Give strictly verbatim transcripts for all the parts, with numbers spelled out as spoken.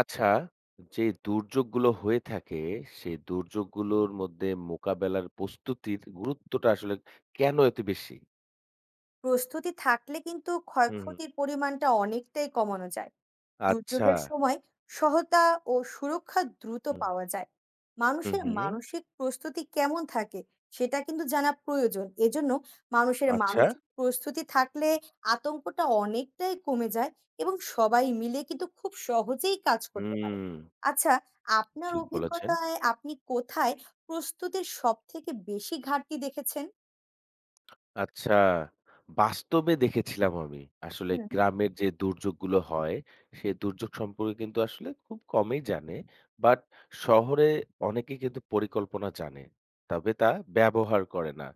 আচ্ছা, যে দুর্যোগগুলো হয়ে থাকে, সেই দুর্যোগগুলোর মধ্যে মোকাবেলার প্রস্তুতির গুরুত্বটা আসলে কেন এত বেশি? প্রস্তুতি থাকলে কিন্তু হুম, হুম। ক্ষয়ক্ষতির পরিমাণটা অনেকটাই কমানো যায়। আচ্ছা। দুর্যোগের সময় সহায়তা ও সুরক্ষা দ্রুত হুম, পাওয়া যায়। হুম, মানুষের হুম। মানসিক প্রস্তুতি কেমন থাকে সেটা কিন্তু জানা প্রয়োজন। এজন্য মানুষের আচ্ছা। মানসিক প্রস্তুতি থাকলে আতঙ্কটা অনেকটাই কমে যায় এবং সবাই মিলে কিন্তু খুব সহজেই কাজ করতে পারে। হুম, আচ্ছা, আপনার ঠিক বলেছেন। অভিজ্ঞতায় আপনি কোথায় প্রস্তুতির সবথেকে বেশি ঘাটতি দেখেছেন? আচ্ছা, বাস্তবে দেখেছিলাম আমি। আসলে হুম। গ্রামের যে দুর্যোগগুলো হয়, সে দুর্যোগ সম্পর্কে কিন্তু আসলে খুব কমই জানে। বাট শহরে অনেকেই কিন্তু পরিকল্পনা জানে। তবে তা ব্যবহার করে না।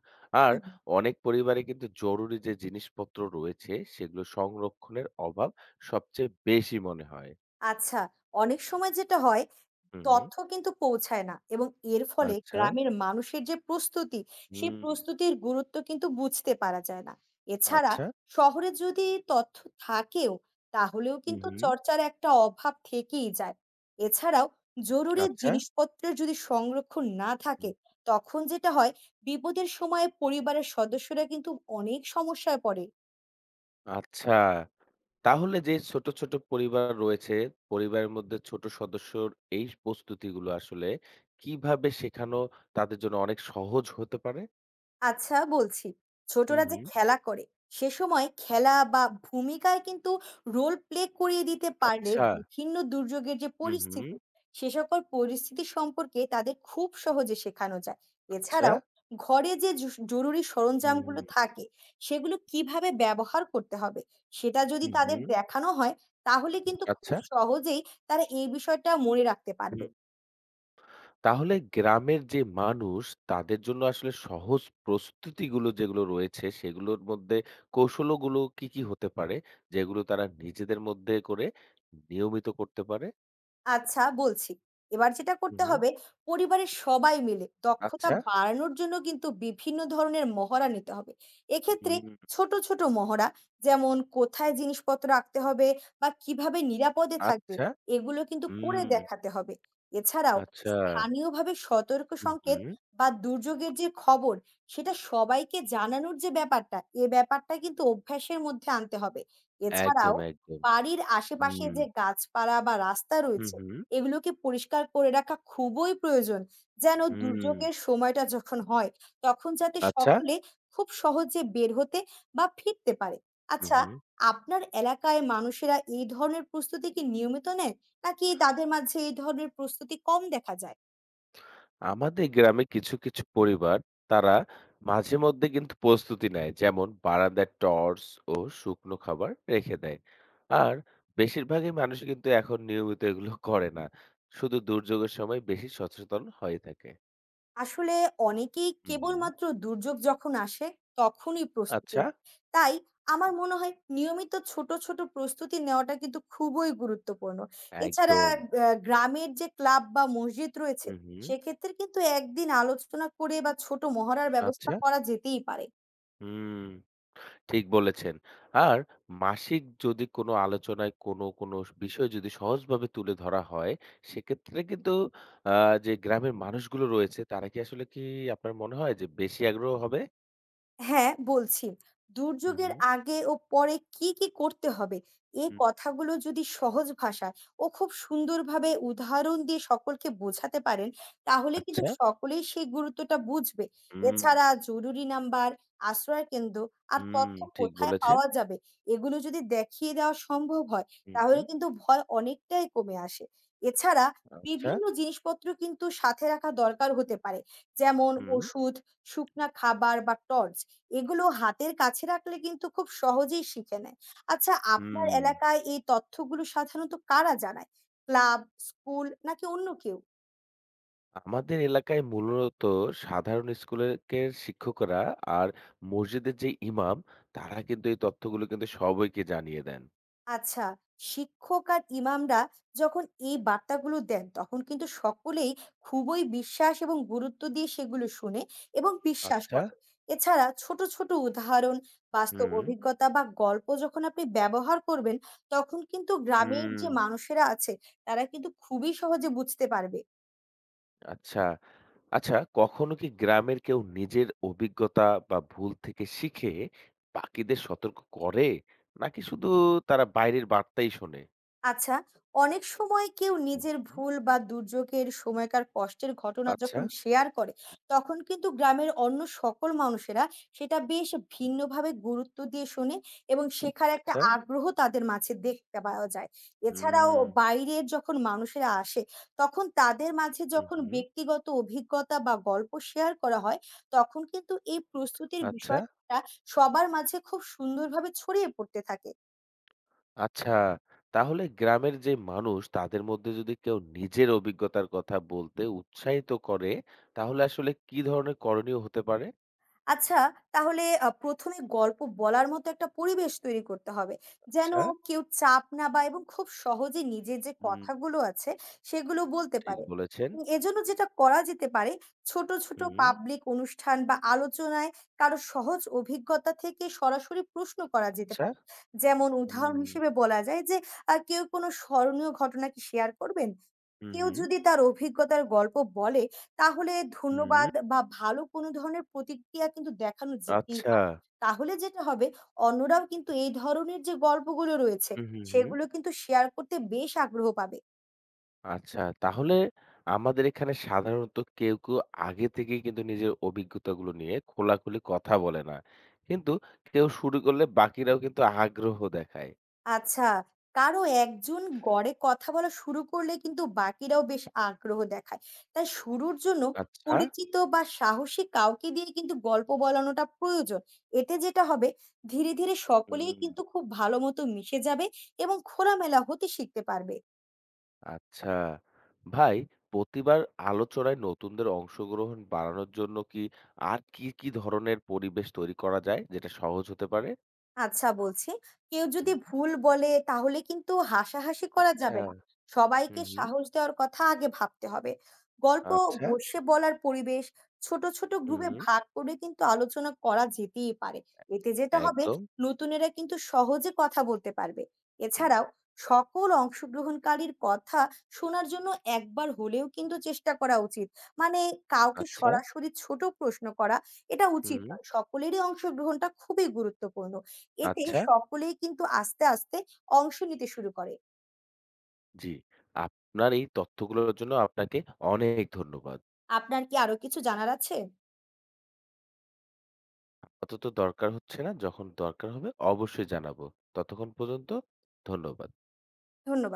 আর হুম। অনেক পরিবারে কিন্তু জরুরি যে জিনিসপত্র রয়েছে, সেগুলো সংরক্ষণের অভাব সবচেয়ে বেশি মনে হয়। আচ্ছা, অনেক সময় যেটা হয় হু, হু। তথ্য কিন্তু পৌঁছায় না এবং এর ফলে আচ্ছা। গ্রামের মানুষের যে প্রস্তুতি, সেই হুম। প্রস্তুতির গুরুত্ব কিন্তু বুঝতে পারা যায় না। এছাড়া আচ্ছা। শহরে যদি তথ্য থাকেও, তাহলেও হু, কিন্তু হু। চর্চার একটা অভাব থেকেই যায়। এছাড়াও জরুরি আচ্ছা। জিনিসপত্রের যদি সংরক্ষণ না হুম। থাকে, তখন যেটা হয় বিপদের সময়ে পরিবারের সদস্যরা কিন্তু অনেক সমস্যায় পড়ে। আচ্ছা। তাহলে যে ছোট, ছোট পরিবার রয়েছে, পরিবারের মধ্যে ছোট সদস্যর এই প্রস্তুতিগুলো আসলে কিভাবে শেখানো তাদের জন্য অনেক সহজ হতে পারে? আচ্ছা বলছি, হুম, ছোটরা যে হুম। খেলা করে, সে সময় খেলা বা ভূমিকায় কিন্তু রোল প্লে করিয়ে দিতে পারলে আচ্ছা। বিভিন্ন দুর্যোগের যে হুম, হুম। পরিস্থিতি, সে সকল পরিস্থিতি সম্পর্কে তাদের খুব সহজে শেখানো যায়। আচ্ছা। এছাড়াও ঘরে যে জু জরুরি হুম, সরঞ্জামগুলো থাকে, সেগুলো কিভাবে ব্যবহার করতে হবে, সেটা যদি হুম, তাদের হুম। দেখানো হয়, তাহলে কিন্তু খুব আচ্ছা। সহজেই তারা এই বিষয়টা মনে রাখতে হুম। পারবে। তাহলে গ্রামের যে মানুষ তাদের জন্য আসলে সহজ প্রস্তুতিগুলো যেগুলো রয়েছে সেগুলোর মধ্যে কৌশলগুলো কি, কি হতে পারে? যেগুলো তারা নিজেদের মধ্যে করে নিয়মিত করতে পারে? আচ্ছা বলছি। এবার যেটা হুম, করতে হুম। হবে পরিবারের সবাই মিলে দক্ষতা আচ্ছা। বাড়ানোর জন্য কিন্তু বিভিন্ন ধরনের মহড়া নিতে হবে। এক্ষেত্রে হুম। ছোট, ছোট মহড়া যেমন কোথায় জিনিসপত্র রাখতে হবে বা কিভাবে নিরাপদে থাকবে আচ্ছা। এগুলো কিন্তু করে হুম, দেখাতে হবে। এছাড়াও আচ্ছা। স্থানীয়ভাবে সতর্ক হু, সংকেত হুম। বা দুর্যোগের যে খবর সেটা সবাইকে জানানোর যে ব্যাপারটা, এ ব্যাপারটা কিন্তু অভ্যাসের মধ্যে আনতে হবে। একদম, এছাড়াও একদম। বাড়ির আশেপাশে হুম, যে গাছপালা বা রাস্তা হু, রয়েছে হুম, এগুলোকে পরিষ্কার করে রাখা খুবই প্রয়োজন। যেন হুম। দুর্যোগের সময়টা যখন হয়, তখন যাতে আচ্ছা। সকলে খুব সহজে বের হতে বা ফিরতে পারে। হু, আচ্ছা, হুম। আপনার এলাকায় মানুষেরা এই ধরনের প্রস্তুতি কি নিয়মিত নেয়? নাকি তাদের মাঝে এই ধরনের প্রস্তুতি কম দেখা যায়? আমাদের গ্রামে কিছু, কিছু পরিবার তারা মাঝে মধ্যে কিন্তু প্রস্তুতি নেয়। যেমন বারান্দায় টর্চ ও শুকনো খাবার রেখে দেয়। আর বেশিরভাগই মানুষ কিন্তু এখন নিয়মিত এগুলো করে না। শুধু দুর্যোগের সময় বেশি সচেতন হয়ে থাকে। আসলে অনেকেই হুম, কেবলমাত্র দুর্যোগ যখন আসে তখনই প্রস্তুতি আচ্ছা। নেয়। তাই আমার মনে হয় নিয়মিত ছোট, ছোট প্রস্তুতি নেওয়াটা কিন্তু খুবই গুরুত্বপূর্ণ। এছাড়া একদম। আ গ্রামের যে ক্লাব বা মসজিদ হু, রয়েছে, হুম। সেক্ষেত্রে কিন্তু একদিন আলোচনা করে বা ছোট মহড়ার ব্যবস্থা আচ্ছা। করা যেতেই পারে। হুম। ঠিক বলেছেন। আর মাসিক যদি কোনো আলোচনায় কোনো, কোনো বিষয় যদি সহজভাবে তুলে ধরা হয়, সেক্ষেত্রে কিন্তু আ যে গ্রামের মানুষগুলো রয়েছে তারা কি আসলে কি আপনার মনে হয় যে বেশি আগ্রহ হবে? হ্যাঁ, বলছি। হুম, দুর্যোগের হুম, আগে ও পরে কি, কি করতে হবে? এ হুম। কথাগুলো যদি সহজ ভাষায় ও খুব সুন্দরভাবে উদাহরণ দিয়ে সকলকে বোঝাতে পারেন, তাহলে কিন্তু আচ্ছা। সকলেই সেই গুরুত্বটা বুঝবে। হুম, এছাড়া জরুরি নাম্বার, আশ্রয়কেন্দ্র আর হুম, তথ্য ঠিক কোথায় বলেছেন। পাওয়া যাবে, এগুলো যদি দেখিয়ে দেওয়া সম্ভব হয়, হুম, তাহলে হুম। কিন্তু ভয় অনেকটাই কমে আসে। এছাড়া আচ্ছা। বিভিন্ন জিনিসপত্র কিন্তু সাথে রাখা দরকার হতে পারে। যেমন হুম, ওষুধ, শুকনা খাবার বা টর্চ। এগুলো হাতের কাছে রাখলে কিন্তু খুব সহজেই শিখে নেয়। আচ্ছা আপনার হুম। এলাকায় এই তথ্যগুলো সাধারণত কারা জানায়? ক্লাব, স্কুল নাকি অন্য কেউ? আমাদের এলাকায় মূলত সাধারণ স্কুলের শিক্ষকরা আর মসজিদের যে ইমাম তারা কিন্তু এই তথ্যগুলো কিন্তু সবাইকে জানিয়ে দেন। আচ্ছা, শিক্ষক আর ইমামরা যখন এই বার্তাগুলো দেন তখন কিন্তু সকলেই খুবই বিশ্বাস এবং গুরুত্ব দিয়ে সেগুলো শুনে এবং বিশ্বাস আচ্ছা। করে। এছাড়া ছোট, ছোট উদাহরণ, বাস্তব হুম, অভিজ্ঞতা বা গল্প যখন আপনি ব্যবহার করবেন তখন কিন্তু গ্রামের হুম, যে মানুষেরা আছে তারা কিন্তু খুবই সহজে বুঝতে পারবে। আচ্ছা। আচ্ছা কখনো কি গ্রামের কেউ নিজের অভিজ্ঞতা বা ভুল থেকে শিখে বাকিদের সতর্ক করে? নাকি শুধু তারা বাইরের বার্তাই শোনে? আচ্ছা, অনেক সময় কেউ হুম, নিজের হুম। ভুল বা দুর্যোগের সময়কার কষ্টের ঘটনা আচ্ছা, যখন শেয়ার করে, তখন কিন্তু গ্রামের অন্য সকল মানুষেরা সেটা বেশ ভিন্নভাবে গুরুত্ব দিয়ে শোনে এবং শেখার একটা আচ্ছা। আগ্রহ তাদের মাঝে দেখতে পাওয়া যায়। এছাড়াও হুম, বাইরের যখন মানুষেরা আসে, তখন তাদের মাঝে হুম, যখন হুম। ব্যক্তিগত অভিজ্ঞতা বা গল্প শেয়ার করা হয়, তখন কিন্তু এই প্রস্তুতির আচ্ছা, বিষয়টা সবার মাঝে খুব সুন্দরভাবে ছড়িয়ে পড়তে থাকে। আচ্ছা। তাহলে গ্রামের যে মানুষ তাদের মধ্যে যদি কেউ নিজের অভিজ্ঞতার কথা বলতে উৎসাহিত করে তাহলে আসলে কি ধরনের করণীয় হতে পারে? আচ্ছা, তাহলে আ প্রথম এ গল্প বলার মতো একটা পরিবেশ তৈরি করতে হবে। যেন আচ্ছা, কেউ চাপ না বা এবং খুব সহজে নিজের যে হুম, কথাগুলো আছে, সেগুলো বলতে ঠিক পারে। বলেছেন। উম এজন্য যেটা করা যেতে পারে, ছোট, ছোট হুম, পাবলিক অনুষ্ঠান বা আলোচনায় কারো সহজ অভিজ্ঞতা থেকে সরাসরি প্রশ্ন করা যেতে আচ্ছা, পারে। যেমন হুম। উদাহরণ হিসেবে বলা যায় যে, আ কেউ কোনো স্মরণীয় ঘটনা কি শেয়ার করবেন? হুম, কেউ হুম, যদি তার অভিজ্ঞতার গল্প বলে, তাহলে হুম। ধন্যবাদ বা ভালো কোনো ধরনের প্রতিক্রিয়া কিন্তু দেখানো যেতেই আচ্ছা। পারে। তাহলে যেটা হবে অন্যরাও কিন্তু এই ধরনের যে গল্পগুলো রয়েছে, হুম, হুম, হুম। সেগুলো কিন্তু শেয়ার করতে বেশ আগ্রহ পাবে। আচ্ছা, তাহলে আমাদের এখানে সাধারণত কেউ, কেউ আগে থেকেই কিন্তু নিজের অভিজ্ঞতাগুলো নিয়ে খোলাখুলি কথা বলে না। কিন্তু কেউ শুরু করলে বাকিরাও কিন্তু আগ্রহ দেখায়। আচ্ছা, কারো একজন গড়ে কথা বলা শুরু করলে কিন্তু বাকিরাও বেশ আগ্রহ দেখায়। তাই শুরুর জন্য আচ্ছা। পরিচিত বা সাহসী কাউকে দিয়ে কিন্তু গল্প বলানোটা প্রয়োজন। এতে যেটা হবে ধীরে, ধীরে সকলেই হুম, কিন্তু খুব ভালো মতো মিশে যাবে এবং খোলামেলা হতে শিখতে পারবে। আচ্ছা। ভাই, প্রতিবার আলোচনায় নতুনদের অংশগ্রহণ বাড়ানোর জন্য কি আর কি, কি ধরনের পরিবেশ তৈরি করা যায় যেটা সহজ হতে পারে? আচ্ছা বলছি। কেউ যদি হুম, ভুল বলে তাহলে কিন্তু হাসাহাসি করা আচ্ছা। যাবে না। সবাইকে হুম, হুম। সাহস দেওয়ার কথা আগে ভাবতে হবে। গল্প আচ্ছা। বসে বলার পরিবেশ ছোট, ছোট গ্রুপে হুম, ভাগ করে কিন্তু আলোচনা করা যেতেই পারে। এতে যেটা হবে একদম। নতুনেরা কিন্তু সহজে কথা বলতে পারবে। হুম, এছাড়াও সকল অংশগ্রহণকারীর কথা শোনার জন্য একবার হলেও কিন্তু চেষ্টা করা উচিত। মানে কাউকে আচ্ছা, সরাসরি ছোট প্রশ্ন করা এটা উচিত হুম, নয়। সকলেরই অংশগ্রহণটা খুবই গুরুত্বপূর্ণ। এতে আচ্ছা, সকলেই কিন্তু আস্তে, আস্তে অংশ নিতে শুরু করে। জি। আপনার এই তথ্যগুলোর জন্য আপনাকে অনেক ধন্যবাদ। আপনার কি আরো কিছু জানার আছে? আপাতত দরকার হচ্ছে না, যখন দরকার হবে অবশ্যই জানাবো। ততক্ষণ পর্যন্ত ধন্যবাদ। ধন্যবাদ।